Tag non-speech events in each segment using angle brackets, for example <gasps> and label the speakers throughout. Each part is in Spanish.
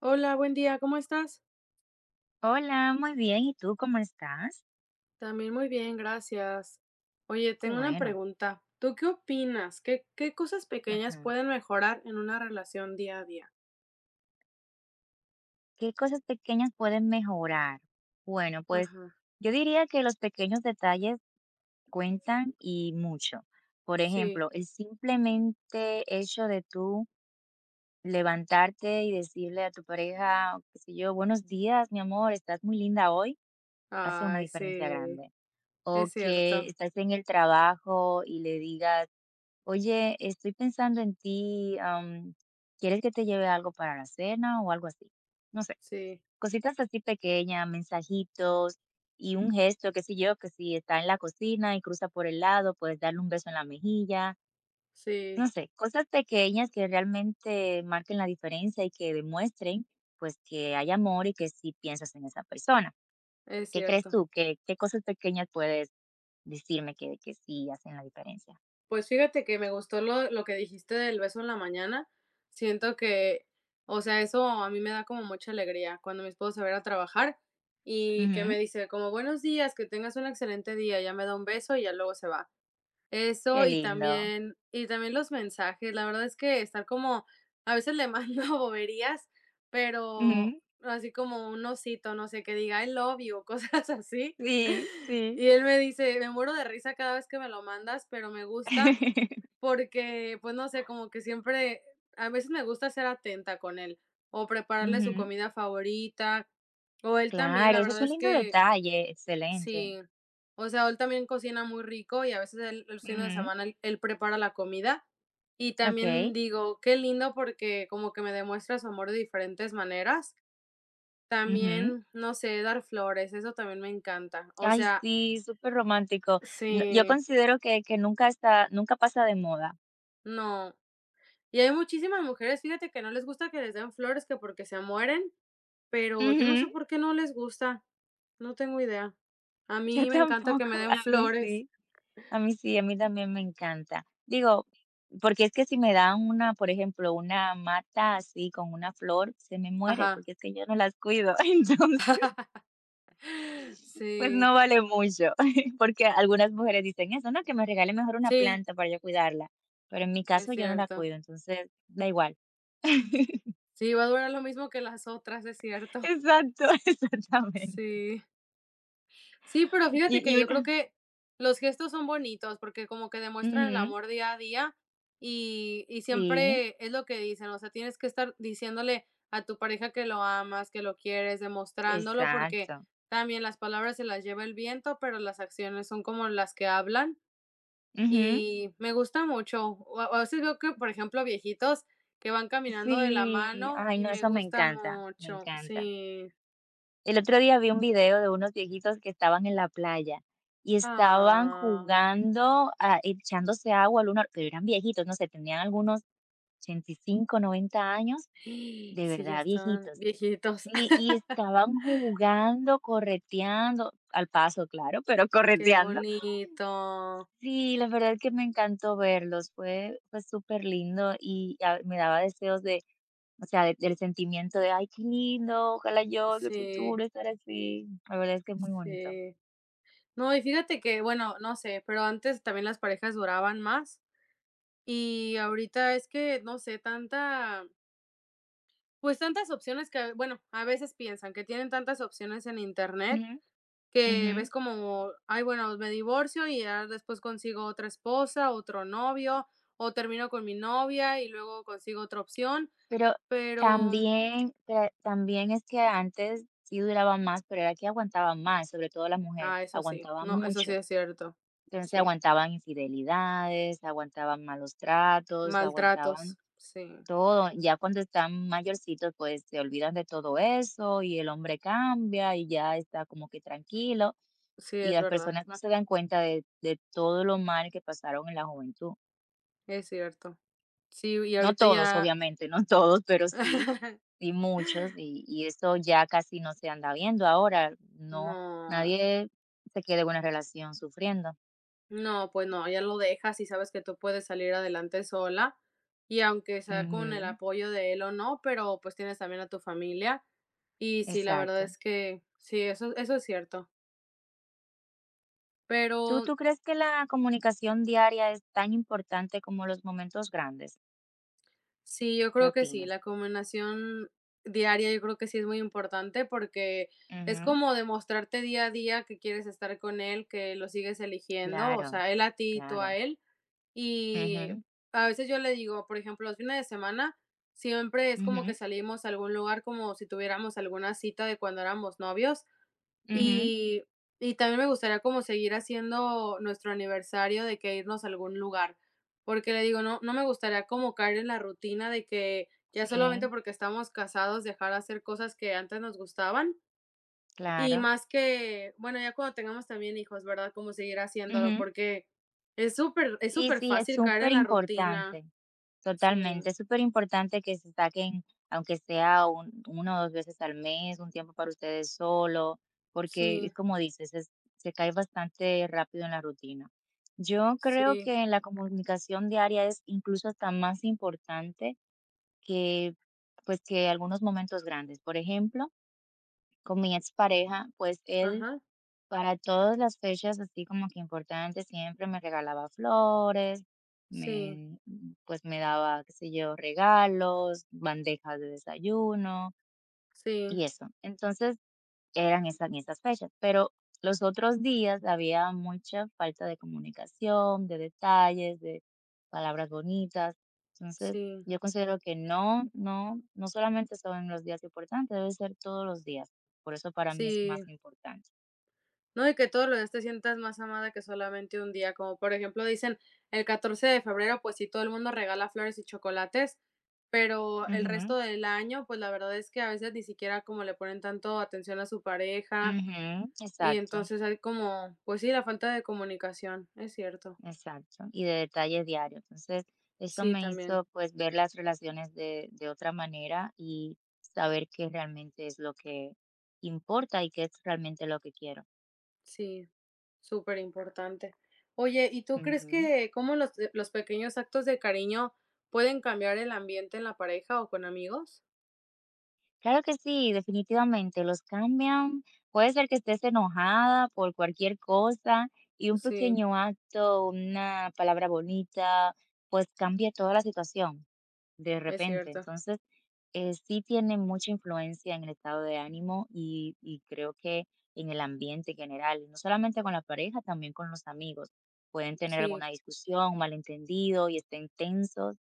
Speaker 1: Hola, buen día, ¿cómo estás?
Speaker 2: Hola, muy bien. ¿Y tú cómo estás?
Speaker 1: También muy bien, gracias. Oye,
Speaker 2: Qué
Speaker 1: tengo una
Speaker 2: bueno.
Speaker 1: pregunta. ¿Tú qué opinas? ¿Qué cosas pequeñas
Speaker 2: Ajá.
Speaker 1: pueden mejorar en una relación día a día?
Speaker 2: ¿Qué cosas pequeñas pueden mejorar? Bueno, pues
Speaker 1: Ajá,
Speaker 2: yo diría que los pequeños detalles cuentan y mucho. Por
Speaker 1: sí.
Speaker 2: ejemplo, el simplemente hecho de tú levantarte y decirle a tu pareja, qué sé yo, buenos días, mi amor, estás muy linda hoy, hace una
Speaker 1: Ay, sí,
Speaker 2: diferencia grande. O
Speaker 1: es
Speaker 2: que
Speaker 1: cierto.
Speaker 2: estás en el trabajo y le digas: oye, estoy pensando en ti, ¿quieres que te lleve algo para la cena o algo así? No sé,
Speaker 1: Sí,
Speaker 2: cositas así pequeñas, mensajitos y un gesto, qué sé yo, que si está en la cocina y cruza por el lado, puedes darle un beso en la mejilla,
Speaker 1: sí,
Speaker 2: no sé, cosas pequeñas que realmente marquen la diferencia y que demuestren, pues, que hay amor y que sí piensas en esa persona.
Speaker 1: es
Speaker 2: ¿Qué crees
Speaker 1: cierto.
Speaker 2: tú? ¿Qué cosas pequeñas puedes decirme que sí hacen la diferencia?
Speaker 1: Pues fíjate que me gustó lo que dijiste del beso en la mañana. Siento que, o sea, eso a mí me da como mucha alegría cuando mi esposo se va a ir a trabajar y que me
Speaker 2: Ujú,
Speaker 1: dice como: "Buenos días, que tengas un excelente día", ya me da un beso y ya luego se va. Eso
Speaker 2: qué
Speaker 1: y
Speaker 2: lindo.
Speaker 1: también y también los mensajes, la verdad es que estar como a veces le mando <laughs> boberías, pero
Speaker 2: Ujú.
Speaker 1: así como un osito, no sé, que diga: "I love you", cosas así.
Speaker 2: Sí,
Speaker 1: <laughs>
Speaker 2: sí.
Speaker 1: Y él me dice: "Me muero de risa cada vez que me lo mandas, pero me gusta
Speaker 2: <laughs>
Speaker 1: porque, pues no sé, como que siempre, a veces me gusta ser atenta con él o prepararle su
Speaker 2: Ujú.
Speaker 1: comida favorita o él también,
Speaker 2: Claro,
Speaker 1: la
Speaker 2: eso es
Speaker 1: verdad
Speaker 2: un
Speaker 1: es
Speaker 2: lindo
Speaker 1: que
Speaker 2: detalle, excelente.
Speaker 1: sí, o sea, él también cocina muy rico y a veces él, los fines de
Speaker 2: Ujú,
Speaker 1: semana él prepara la comida y también
Speaker 2: okey,
Speaker 1: digo, qué lindo porque como que me demuestra su amor de diferentes maneras.
Speaker 2: ujú.
Speaker 1: También, no sé, dar flores, eso también me encanta. O
Speaker 2: Ay,
Speaker 1: sea,
Speaker 2: sí, superromántico. No, yo
Speaker 1: sí,
Speaker 2: considero que nunca está, nunca pasa de moda.
Speaker 1: no. Y hay muchísimas mujeres, fíjate, que no les gusta que les den flores, que porque se mueren, pero yo no
Speaker 2: Ujú,
Speaker 1: sé por qué no les gusta. No tengo idea. A
Speaker 2: yo
Speaker 1: mí me encanta que me
Speaker 2: tampoco, <laughs>
Speaker 1: den
Speaker 2: a mí
Speaker 1: flores.
Speaker 2: sí, a mí sí, a mí también me encanta. Digo, porque es que si me dan una, por ejemplo, una mata así con una flor, se me muere,
Speaker 1: Ajá.
Speaker 2: porque es que yo no las cuido, <laughs> entonces
Speaker 1: <laughs>
Speaker 2: pues
Speaker 1: Sí,
Speaker 2: no vale mucho, <laughs> porque algunas mujeres dicen eso, ¿no? Que me regale mejor una
Speaker 1: sí,
Speaker 2: planta para yo cuidarla, pero en mi
Speaker 1: es
Speaker 2: caso yo no la
Speaker 1: cierto.
Speaker 2: cuido, entonces da igual. <laughs>
Speaker 1: Sí, va a durar lo mismo que las otras, es cierto.
Speaker 2: Exacto, <laughs> exactamente.
Speaker 1: Sí. Sí, pero
Speaker 2: Y
Speaker 1: fíjate que
Speaker 2: y
Speaker 1: yo creo
Speaker 2: una,
Speaker 1: que los gestos son bonitos porque como que demuestran el
Speaker 2: ujú,
Speaker 1: amor día a día y
Speaker 2: sí,
Speaker 1: siempre es lo que dicen, o sea, tienes que estar diciéndole a tu pareja que lo amas, que lo quieres, demostrándolo porque
Speaker 2: exacto.
Speaker 1: también las palabras se las lleva el viento, pero las acciones son como las que hablan
Speaker 2: Ujú,
Speaker 1: y me gusta mucho. A veces veo que, por ejemplo, viejitos que van caminando de la
Speaker 2: sí,
Speaker 1: mano
Speaker 2: ay,
Speaker 1: y
Speaker 2: no,
Speaker 1: me
Speaker 2: eso me
Speaker 1: gusta
Speaker 2: encanta, me
Speaker 1: mucho,
Speaker 2: encanta.
Speaker 1: sí.
Speaker 2: El otro día vi un video de unos viejitos que estaban en la playa y estaban
Speaker 1: Ah.
Speaker 2: jugando, ah, echándose agua al uno, pero eran viejitos, no sé, tenían algunos 85, 90 años,
Speaker 1: Sí,
Speaker 2: de
Speaker 1: ya
Speaker 2: verdad
Speaker 1: estaban
Speaker 2: viejitos.
Speaker 1: viejitos.
Speaker 2: Sí, y
Speaker 1: <laughs>
Speaker 2: estaban jugando, correteando, al paso, claro, pero <laughs>
Speaker 1: Qué
Speaker 2: correteando.
Speaker 1: bonito.
Speaker 2: Sí, la verdad es que me encantó verlos, fue súper lindo y, ah, me daba deseos de, o sea, del sentimiento de: "Ay, qué lindo, ojalá yo en el
Speaker 1: Sí,
Speaker 2: futuro estar así". La verdad es que es muy bonito.
Speaker 1: sí. No, y fíjate que, bueno, no sé, pero antes también las parejas duraban más, y ahorita es que, no sé, tanta, pues, tantas opciones que, bueno, a veces piensan que tienen tantas opciones en Internet,
Speaker 2: Ujú, ujú.
Speaker 1: que ves como, ay, bueno, me divorcio y ya después consigo otra esposa, otro novio, o termino con mi novia y luego consigo otra opción,
Speaker 2: Pero
Speaker 1: pero
Speaker 2: también, también es que antes sí duraba más, pero era que aguantaba más, sobre todo la mujer,
Speaker 1: Ah, eso sí.
Speaker 2: aguantaba
Speaker 1: No, eso sí
Speaker 2: mucho.
Speaker 1: es cierto.
Speaker 2: Entonces
Speaker 1: Sí.
Speaker 2: aguantaban infidelidades, aguantaban malos tratos,
Speaker 1: Maltratos.
Speaker 2: aguantaban
Speaker 1: Sí.
Speaker 2: todo. Ya cuando están mayorcitos, pues se olvidan de todo eso y el hombre cambia y ya está como que tranquilo,
Speaker 1: Sí,
Speaker 2: y
Speaker 1: es
Speaker 2: las
Speaker 1: verdad.
Speaker 2: personas no se dan cuenta de todo lo mal que pasaron en la juventud.
Speaker 1: Es cierto. Sí, y
Speaker 2: No
Speaker 1: ahorita
Speaker 2: todos,
Speaker 1: ya
Speaker 2: obviamente, no <laughs> todos, pero sí,
Speaker 1: <laughs>
Speaker 2: sí muchos, y eso ya casi no se anda viendo ahora. No,
Speaker 1: No.
Speaker 2: nadie se queda en una relación sufriendo.
Speaker 1: No, pues no, ya lo dejas y sabes que tú puedes salir adelante sola, y aunque sea con el
Speaker 2: Ujú,
Speaker 1: apoyo de él o no, pero, pues, tienes también a tu familia. Y sí, la verdad
Speaker 2: exacto.
Speaker 1: es que sí, eso es cierto.
Speaker 2: ¿Tú,
Speaker 1: Pero
Speaker 2: tú crees que la comunicación diaria es tan importante como los momentos grandes?
Speaker 1: Sí, yo
Speaker 2: ¿Qué
Speaker 1: creo que sí,
Speaker 2: opinas?
Speaker 1: la combinación diaria yo creo que sí es muy importante porque es
Speaker 2: Ujú,
Speaker 1: como demostrarte día a día que quieres estar con él, que lo sigues eligiendo, o
Speaker 2: claro,
Speaker 1: sea, él a ti y tú a
Speaker 2: claro.
Speaker 1: él. Y
Speaker 2: Ujú,
Speaker 1: a veces yo le digo, por ejemplo, los fines de semana siempre es como que
Speaker 2: ujú,
Speaker 1: salimos a algún lugar como si tuviéramos alguna cita de cuando éramos novios
Speaker 2: ujú,
Speaker 1: y y también me gustaría como seguir haciendo nuestro aniversario de que irnos a algún lugar, porque le digo, no me gustaría como caer en la rutina de que ya solamente
Speaker 2: sí,
Speaker 1: porque estamos casados dejar de hacer cosas que antes nos gustaban y
Speaker 2: claro.
Speaker 1: más que, bueno, ya cuando tengamos también hijos, ¿verdad? Como seguir haciéndolo, porque es súper es
Speaker 2: Sí,
Speaker 1: súper
Speaker 2: sí, es
Speaker 1: fácil caer en
Speaker 2: súper
Speaker 1: la rutina.
Speaker 2: importante.
Speaker 1: Sí,
Speaker 2: Totalmente, es súper importante que se saquen, aunque sea uno o dos veces al mes, un tiempo para ustedes solo, porque
Speaker 1: sí,
Speaker 2: es como dices, se cae bastante rápido en la rutina. Yo creo
Speaker 1: sí,
Speaker 2: que la comunicación diaria es incluso hasta más importante que, pues, que algunos momentos grandes. Por ejemplo, con mi expareja, pues él
Speaker 1: ajá,
Speaker 2: para todas las fechas así como que importantes, siempre me regalaba flores,
Speaker 1: sí,
Speaker 2: me, pues me daba, qué sé yo, regalos, bandejas de desayuno
Speaker 1: sí,
Speaker 2: y eso. Entonces eran esas, en esas fechas, pero los otros días había mucha falta de comunicación, de detalles, de palabras bonitas. Entonces
Speaker 1: sí,
Speaker 2: yo considero que no, no solamente son los días importantes, debe ser todos los días. Por eso para mí es
Speaker 1: sí.
Speaker 2: más importante.
Speaker 1: No, y que todos los días te sientas más amada que solamente un día, como por ejemplo dicen, el 14 de febrero, pues sí, todo el mundo regala flores y chocolates, pero el
Speaker 2: Ujú.
Speaker 1: resto del año, pues la verdad es que a veces ni siquiera como le ponen tanto atención a su pareja
Speaker 2: Ujú,
Speaker 1: y
Speaker 2: exacto,
Speaker 1: entonces hay como, pues sí, la falta de comunicación, es cierto.
Speaker 2: exacto, y de detalles diarios. Entonces, eso
Speaker 1: Sí,
Speaker 2: me
Speaker 1: también,
Speaker 2: hizo, pues, ver las relaciones de otra manera y saber qué realmente es lo que importa y qué es realmente lo que quiero.
Speaker 1: sí, súper importante. Oye, ¿y tú crees
Speaker 2: Ujú.
Speaker 1: que cómo los pequeños actos de cariño pueden cambiar el ambiente en la pareja o con amigos?
Speaker 2: Claro que sí, definitivamente los cambian. Puede ser que estés enojada por cualquier cosa y un
Speaker 1: Sí,
Speaker 2: pequeño acto, una palabra bonita, pues cambia toda la situación de
Speaker 1: es
Speaker 2: repente.
Speaker 1: cierto.
Speaker 2: Entonces, sí tiene mucha influencia en el estado de ánimo y creo que en el ambiente en general, no solamente con la pareja, también con los amigos. Pueden tener
Speaker 1: Sí,
Speaker 2: alguna discusión, un malentendido y estén tensos,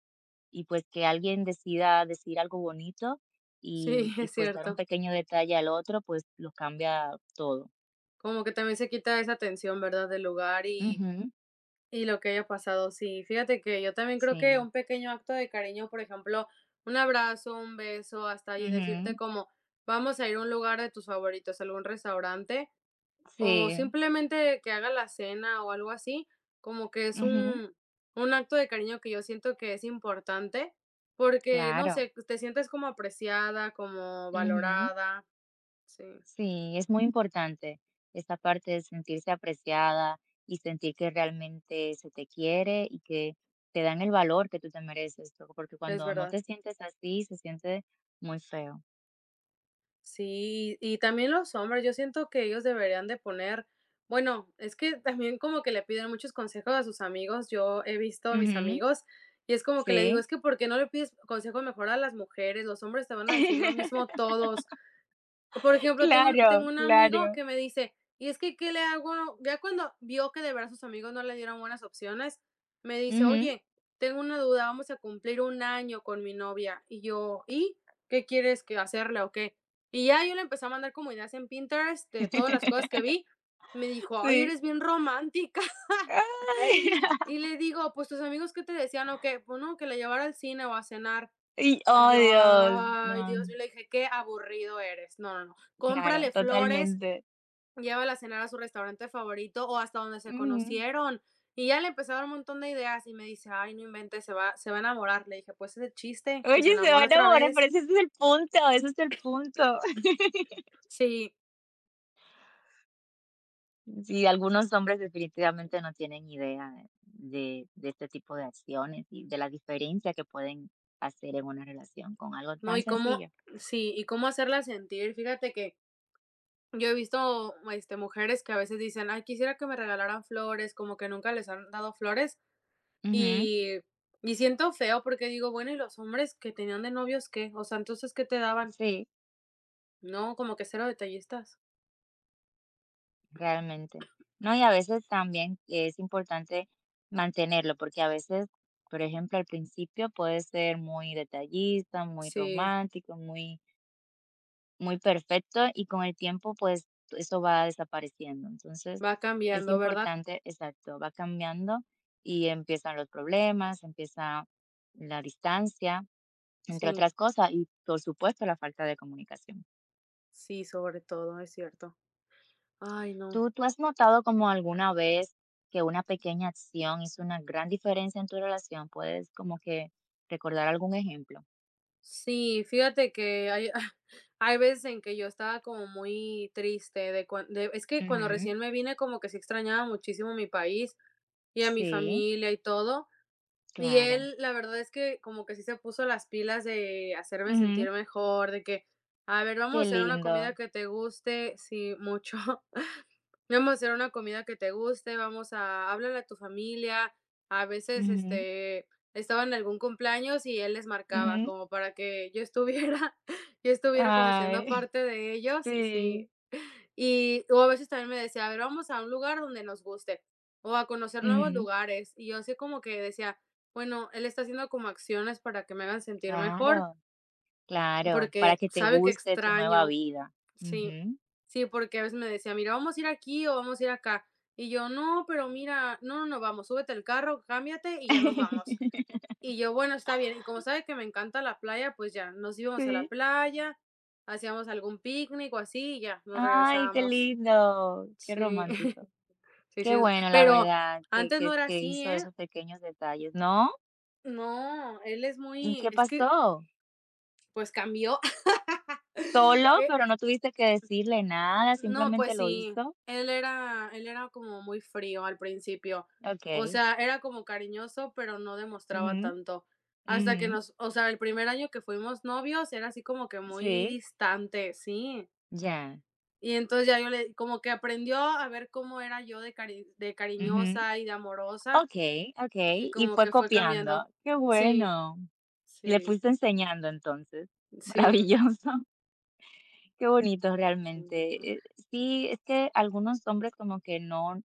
Speaker 2: y pues que alguien decida decir algo bonito
Speaker 1: sí, <laughs>
Speaker 2: y
Speaker 1: es
Speaker 2: pues dar un
Speaker 1: cierto.
Speaker 2: pequeño detalle al otro, pues lo cambia todo.
Speaker 1: Como que también se quita esa tensión, ¿verdad? Del lugar
Speaker 2: Ujú,
Speaker 1: y lo que haya pasado. Sí, fíjate que yo también creo que
Speaker 2: sí.
Speaker 1: un pequeño acto de cariño, por ejemplo, un abrazo, un beso, hasta ahí
Speaker 2: Ujú,
Speaker 1: decirte como vamos a ir a un lugar de tus favoritos, algún restaurante, o
Speaker 2: sí.
Speaker 1: simplemente que haga la cena o algo así, como que es
Speaker 2: Ujú,
Speaker 1: un acto de cariño que yo siento que es importante, porque, no
Speaker 2: claro.
Speaker 1: sé, te sientes como apreciada, como
Speaker 2: Ujú,
Speaker 1: valorada. Sí,
Speaker 2: sí, es muy importante esta parte de sentirse apreciada y sentir que realmente se te quiere y que te dan el valor que tú te mereces, porque
Speaker 1: es
Speaker 2: cuando no
Speaker 1: verdad.
Speaker 2: te sientes así, se siente muy feo.
Speaker 1: Sí, y también los hombres, yo siento que ellos deberían de poner, bueno, es que también como que le piden muchos consejos a sus amigos, yo he visto a mis
Speaker 2: Ujú,
Speaker 1: amigos y es como que le digo,
Speaker 2: sí.
Speaker 1: es que ¿por qué no le pides consejo mejor a las mujeres? Los hombres te van a decir lo mismo
Speaker 2: <laughs>
Speaker 1: todos, por ejemplo, tengo un
Speaker 2: Claro,
Speaker 1: tengo un amigo
Speaker 2: claro.
Speaker 1: que me dice: "Y es que, ¿qué le hago?". Ya cuando vio que de verdad sus amigos no le dieron buenas opciones, me dice:
Speaker 2: Ujú.
Speaker 1: "Oye, tengo una duda, vamos a cumplir un año con mi novia". Y yo: "¿Y qué quieres que hacerle o qué?". Y ya yo le empecé a mandar como ideas en Pinterest de todas las cosas que
Speaker 2: <laughs>
Speaker 1: vi. Me dijo: "Ay,
Speaker 2: Sí.
Speaker 1: eres bien romántica". <laughs>
Speaker 2: Ay. <laughs>
Speaker 1: <laughs> Y le digo: "Pues, ¿tus amigos qué te decían o qué?". "Pues no, que la llevara al cine o a cenar".
Speaker 2: Y
Speaker 1: Y
Speaker 2: oh,
Speaker 1: yo,
Speaker 2: Dios.
Speaker 1: ay,
Speaker 2: No,
Speaker 1: Dios mío, le dije, qué aburrido eres. No, no, no.
Speaker 2: claro,
Speaker 1: Cómprale flores,
Speaker 2: totalmente.
Speaker 1: llévala a cenar a su restaurante favorito o hasta donde se
Speaker 2: Ujú.
Speaker 1: conocieron. Y ya le empecé a dar un montón de ideas y me dice, ay, no inventes, se va a enamorar. Le dije, pues ese chiste, que se
Speaker 2: Oye, se van
Speaker 1: enamore
Speaker 2: a
Speaker 1: otra
Speaker 2: enamorar, pero
Speaker 1: vez.
Speaker 2: ese es el punto, ese es el punto. <laughs>
Speaker 1: Sí,
Speaker 2: Sí, algunos hombres definitivamente no tienen idea de este tipo de acciones y de la diferencia que pueden hacer en una relación con algo
Speaker 1: no,
Speaker 2: tan
Speaker 1: y cómo,
Speaker 2: sencillo.
Speaker 1: sí, y cómo hacerla sentir. Fíjate que yo he visto, este, mujeres que a veces dicen, ay, quisiera que me regalaran flores, como que nunca les han dado flores.
Speaker 2: Ujú.
Speaker 1: Y, y siento feo porque digo, bueno, ¿y los hombres que tenían de novios qué? O sea, entonces, ¿qué te daban?
Speaker 2: Sí.
Speaker 1: No, como que cero detallistas.
Speaker 2: Realmente. No, y a veces también es importante mantenerlo, porque a veces, por ejemplo, al principio puede ser muy detallista, muy
Speaker 1: Sí,
Speaker 2: romántico, muy, muy perfecto, y con el tiempo, pues, eso va desapareciendo. Entonces,
Speaker 1: va
Speaker 2: es
Speaker 1: cambiando, ¿verdad?
Speaker 2: importante, exacto, va cambiando y empiezan los problemas, empieza la distancia, entre
Speaker 1: Sí,
Speaker 2: otras cosas, y por supuesto la falta de comunicación.
Speaker 1: sí, sobre todo, es cierto. Ay, no.
Speaker 2: ¿Tú has notado como alguna vez que una pequeña acción hizo una gran diferencia en tu relación? ¿Puedes como que recordar algún ejemplo?
Speaker 1: Sí, fíjate que hay, <laughs> hay veces en que yo estaba como muy triste de, es que cuando
Speaker 2: Ujú,
Speaker 1: recién me vine como que sí extrañaba muchísimo mi país y a mi
Speaker 2: sí,
Speaker 1: familia y todo. Y
Speaker 2: claro.
Speaker 1: él, la verdad es que como que sí se puso las pilas de hacerme
Speaker 2: Ujú,
Speaker 1: sentir mejor, de que, a ver, vamos a
Speaker 2: qué
Speaker 1: hacer una comida
Speaker 2: lindo.
Speaker 1: que te guste, sí, mucho. <laughs> Vamos a hacer una comida que te guste, vamos a háblale a tu familia. A veces,
Speaker 2: Ujú,
Speaker 1: este, estaba en algún cumpleaños y él les marcaba
Speaker 2: ujú,
Speaker 1: como para que yo estuviera, <laughs> yo estuviera como siendo
Speaker 2: ay,
Speaker 1: parte de
Speaker 2: <laughs>
Speaker 1: ellos,
Speaker 2: sí.
Speaker 1: sí. Y o a veces también me decía, a ver, vamos a un lugar donde nos guste o a conocer nuevos
Speaker 2: Ujú,
Speaker 1: lugares. Y yo así como que decía, bueno, él está haciendo como acciones para que me hagan sentir mejor,
Speaker 2: claro, claro, para
Speaker 1: porque
Speaker 2: que te
Speaker 1: sabe que
Speaker 2: guste tu nueva
Speaker 1: extraño.
Speaker 2: vida.
Speaker 1: Sí,
Speaker 2: Ujú.
Speaker 1: sí, porque a veces me decía, mira, vamos a ir aquí o vamos a ir acá. Y yo, no, pero mira, no, no, no, vamos, súbete al carro, cámbiate y ya nos vamos.
Speaker 2: <laughs>
Speaker 1: Y yo, bueno, está bien. Y como sabe que me encanta la playa, pues ya nos íbamos a la
Speaker 2: Sí.
Speaker 1: playa, hacíamos algún picnic o así, y ya nos
Speaker 2: Ay, qué
Speaker 1: regresábamos.
Speaker 2: lindo, qué
Speaker 1: Sí.
Speaker 2: romántico.
Speaker 1: <laughs> Sí, sí
Speaker 2: Qué
Speaker 1: es
Speaker 2: bueno, la
Speaker 1: pero
Speaker 2: verdad, que
Speaker 1: antes no
Speaker 2: que
Speaker 1: era
Speaker 2: que
Speaker 1: así,
Speaker 2: hizo
Speaker 1: ¿eh?
Speaker 2: esos pequeños detalles, ¿no?
Speaker 1: No, él
Speaker 2: ¿Y qué
Speaker 1: es que,
Speaker 2: pasó?
Speaker 1: pues, cambió. <laughs>
Speaker 2: ¿Solo,
Speaker 1: Eh,
Speaker 2: pero no tuviste que decirle nada,
Speaker 1: no,
Speaker 2: simplemente
Speaker 1: pues
Speaker 2: lo
Speaker 1: sí,
Speaker 2: hizo?
Speaker 1: él era como muy frío al principio. O
Speaker 2: Okey.
Speaker 1: sea, era como cariñoso, pero no demostraba
Speaker 2: Ujú,
Speaker 1: tanto. Hasta que
Speaker 2: ujú,
Speaker 1: nos O sea, el primer año que fuimos novios era así como que muy
Speaker 2: sí,
Speaker 1: distante, sí.
Speaker 2: ya,
Speaker 1: Y entonces ya yo le como que aprendió a ver cómo era yo de cari de
Speaker 2: ujú.
Speaker 1: cariñosa y de amorosa,
Speaker 2: Okey,
Speaker 1: y
Speaker 2: okey, y
Speaker 1: como
Speaker 2: fue
Speaker 1: que fue
Speaker 2: copiando.
Speaker 1: cambiando.
Speaker 2: Qué
Speaker 1: Sí.
Speaker 2: bueno. Le
Speaker 1: Sí,
Speaker 2: fuiste enseñando entonces.
Speaker 1: sí,
Speaker 2: Maravilloso. <laughs> Qué bonito
Speaker 1: mm,
Speaker 2: realmente. Sí, es que algunos hombres como que no.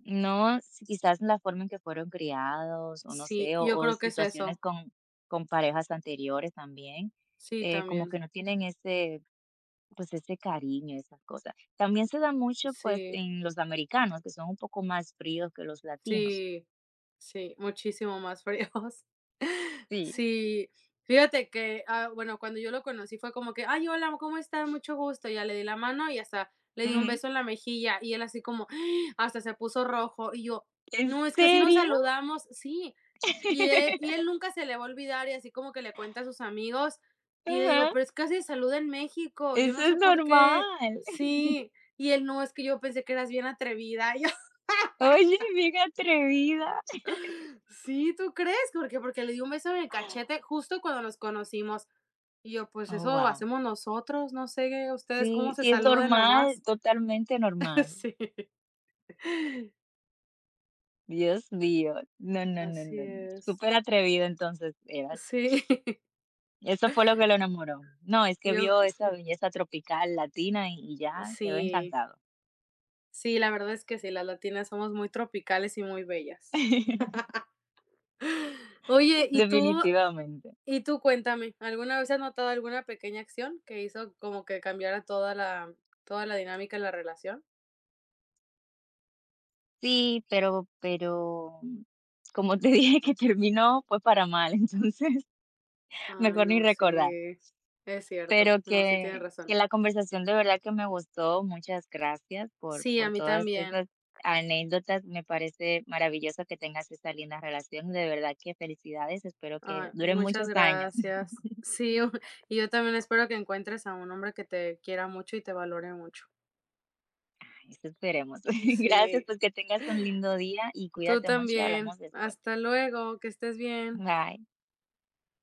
Speaker 2: No, si quizás la forma en que fueron criados, o no
Speaker 1: sí,
Speaker 2: sé,
Speaker 1: yo
Speaker 2: o
Speaker 1: creo que es
Speaker 2: situaciones
Speaker 1: eso.
Speaker 2: con parejas anteriores también,
Speaker 1: Sí,
Speaker 2: como
Speaker 1: también.
Speaker 2: que no tienen ese, pues ese cariño, esas cosas. También se da mucho, pues,
Speaker 1: Sí,
Speaker 2: en los americanos, que son un poco más fríos que los latinos.
Speaker 1: sí, sí, muchísimo más fríos.
Speaker 2: Sí.
Speaker 1: Sí, fíjate que, ah, bueno, cuando yo lo conocí fue como que: "Ay, hola, ¿cómo estás? Mucho gusto". Ya le di la mano y hasta le di un
Speaker 2: Ujú.
Speaker 1: beso en la mejilla, y él así como <gasps> hasta se puso rojo, y yo:
Speaker 2: ¿En
Speaker 1: "No, es que así nos
Speaker 2: serio?
Speaker 1: saludamos". Sí, él
Speaker 2: <laughs>
Speaker 1: nunca se le va a olvidar, y así como que le cuenta a sus amigos, y le digo:
Speaker 2: Ajá,
Speaker 1: "Pero es que así se saluda en México, yo
Speaker 2: eso
Speaker 1: no
Speaker 2: es
Speaker 1: sé por qué".
Speaker 2: normal.
Speaker 1: Sí,
Speaker 2: <laughs>
Speaker 1: y él: "No, es que yo pensé que eras bien atrevida". <laughs> Y yo:
Speaker 2: Oye, bien atrevida.
Speaker 1: "Sí, ¿tú crees? ¿Por qué?". Porque le di un beso en el cachete justo cuando nos conocimos, y yo, pues
Speaker 2: Oh,
Speaker 1: eso lo
Speaker 2: wow.
Speaker 1: hacemos nosotros, no sé qué, ustedes cómo
Speaker 2: Sí,
Speaker 1: se
Speaker 2: sí es
Speaker 1: saluden
Speaker 2: normal,
Speaker 1: nomás.
Speaker 2: totalmente
Speaker 1: <laughs>
Speaker 2: normal.
Speaker 1: Sí,
Speaker 2: Dios mío, no, no, no,
Speaker 1: así
Speaker 2: no, no,
Speaker 1: es.
Speaker 2: súper atrevido entonces eras.
Speaker 1: Sí, <laughs>
Speaker 2: Eso fue lo que lo enamoró. No, es que
Speaker 1: yo
Speaker 2: vio esa belleza tropical latina y ya quedó
Speaker 1: sí,
Speaker 2: encantado.
Speaker 1: sí, la verdad es que sí, las latinas somos muy tropicales y muy bellas.
Speaker 2: <laughs>
Speaker 1: Oye, y tú,
Speaker 2: Definitivamente.
Speaker 1: y tú cuéntame, ¿alguna vez has notado alguna pequeña acción que hizo como que cambiara toda la dinámica de la relación?
Speaker 2: Sí, pero como te <laughs> dije que terminó, pues para mal, <laughs> entonces
Speaker 1: Ay,
Speaker 2: mejor ni
Speaker 1: no, sí,
Speaker 2: recordar.
Speaker 1: es cierto,
Speaker 2: Pero
Speaker 1: no, sí tienes
Speaker 2: que
Speaker 1: razón.
Speaker 2: la conversación de verdad que me gustó. Muchas gracias
Speaker 1: Sí, a
Speaker 2: por
Speaker 1: mí
Speaker 2: todas
Speaker 1: también.
Speaker 2: esas anécdotas. Me parece maravilloso que tengas esa linda relación. De verdad que felicidades. Espero que
Speaker 1: Ay,
Speaker 2: dure
Speaker 1: muchas
Speaker 2: muchos años. <laughs>
Speaker 1: gracias. Sí, <laughs> y yo también espero que encuentres a un hombre que te quiera mucho y te valore mucho.
Speaker 2: Eso esperemos. <laughs> Gracias,
Speaker 1: Sí.
Speaker 2: pues que tengas un lindo día y
Speaker 1: Tú
Speaker 2: cuídate mucho y
Speaker 1: también.
Speaker 2: hablamos después.
Speaker 1: Hasta luego, que estés bien.
Speaker 2: Bye.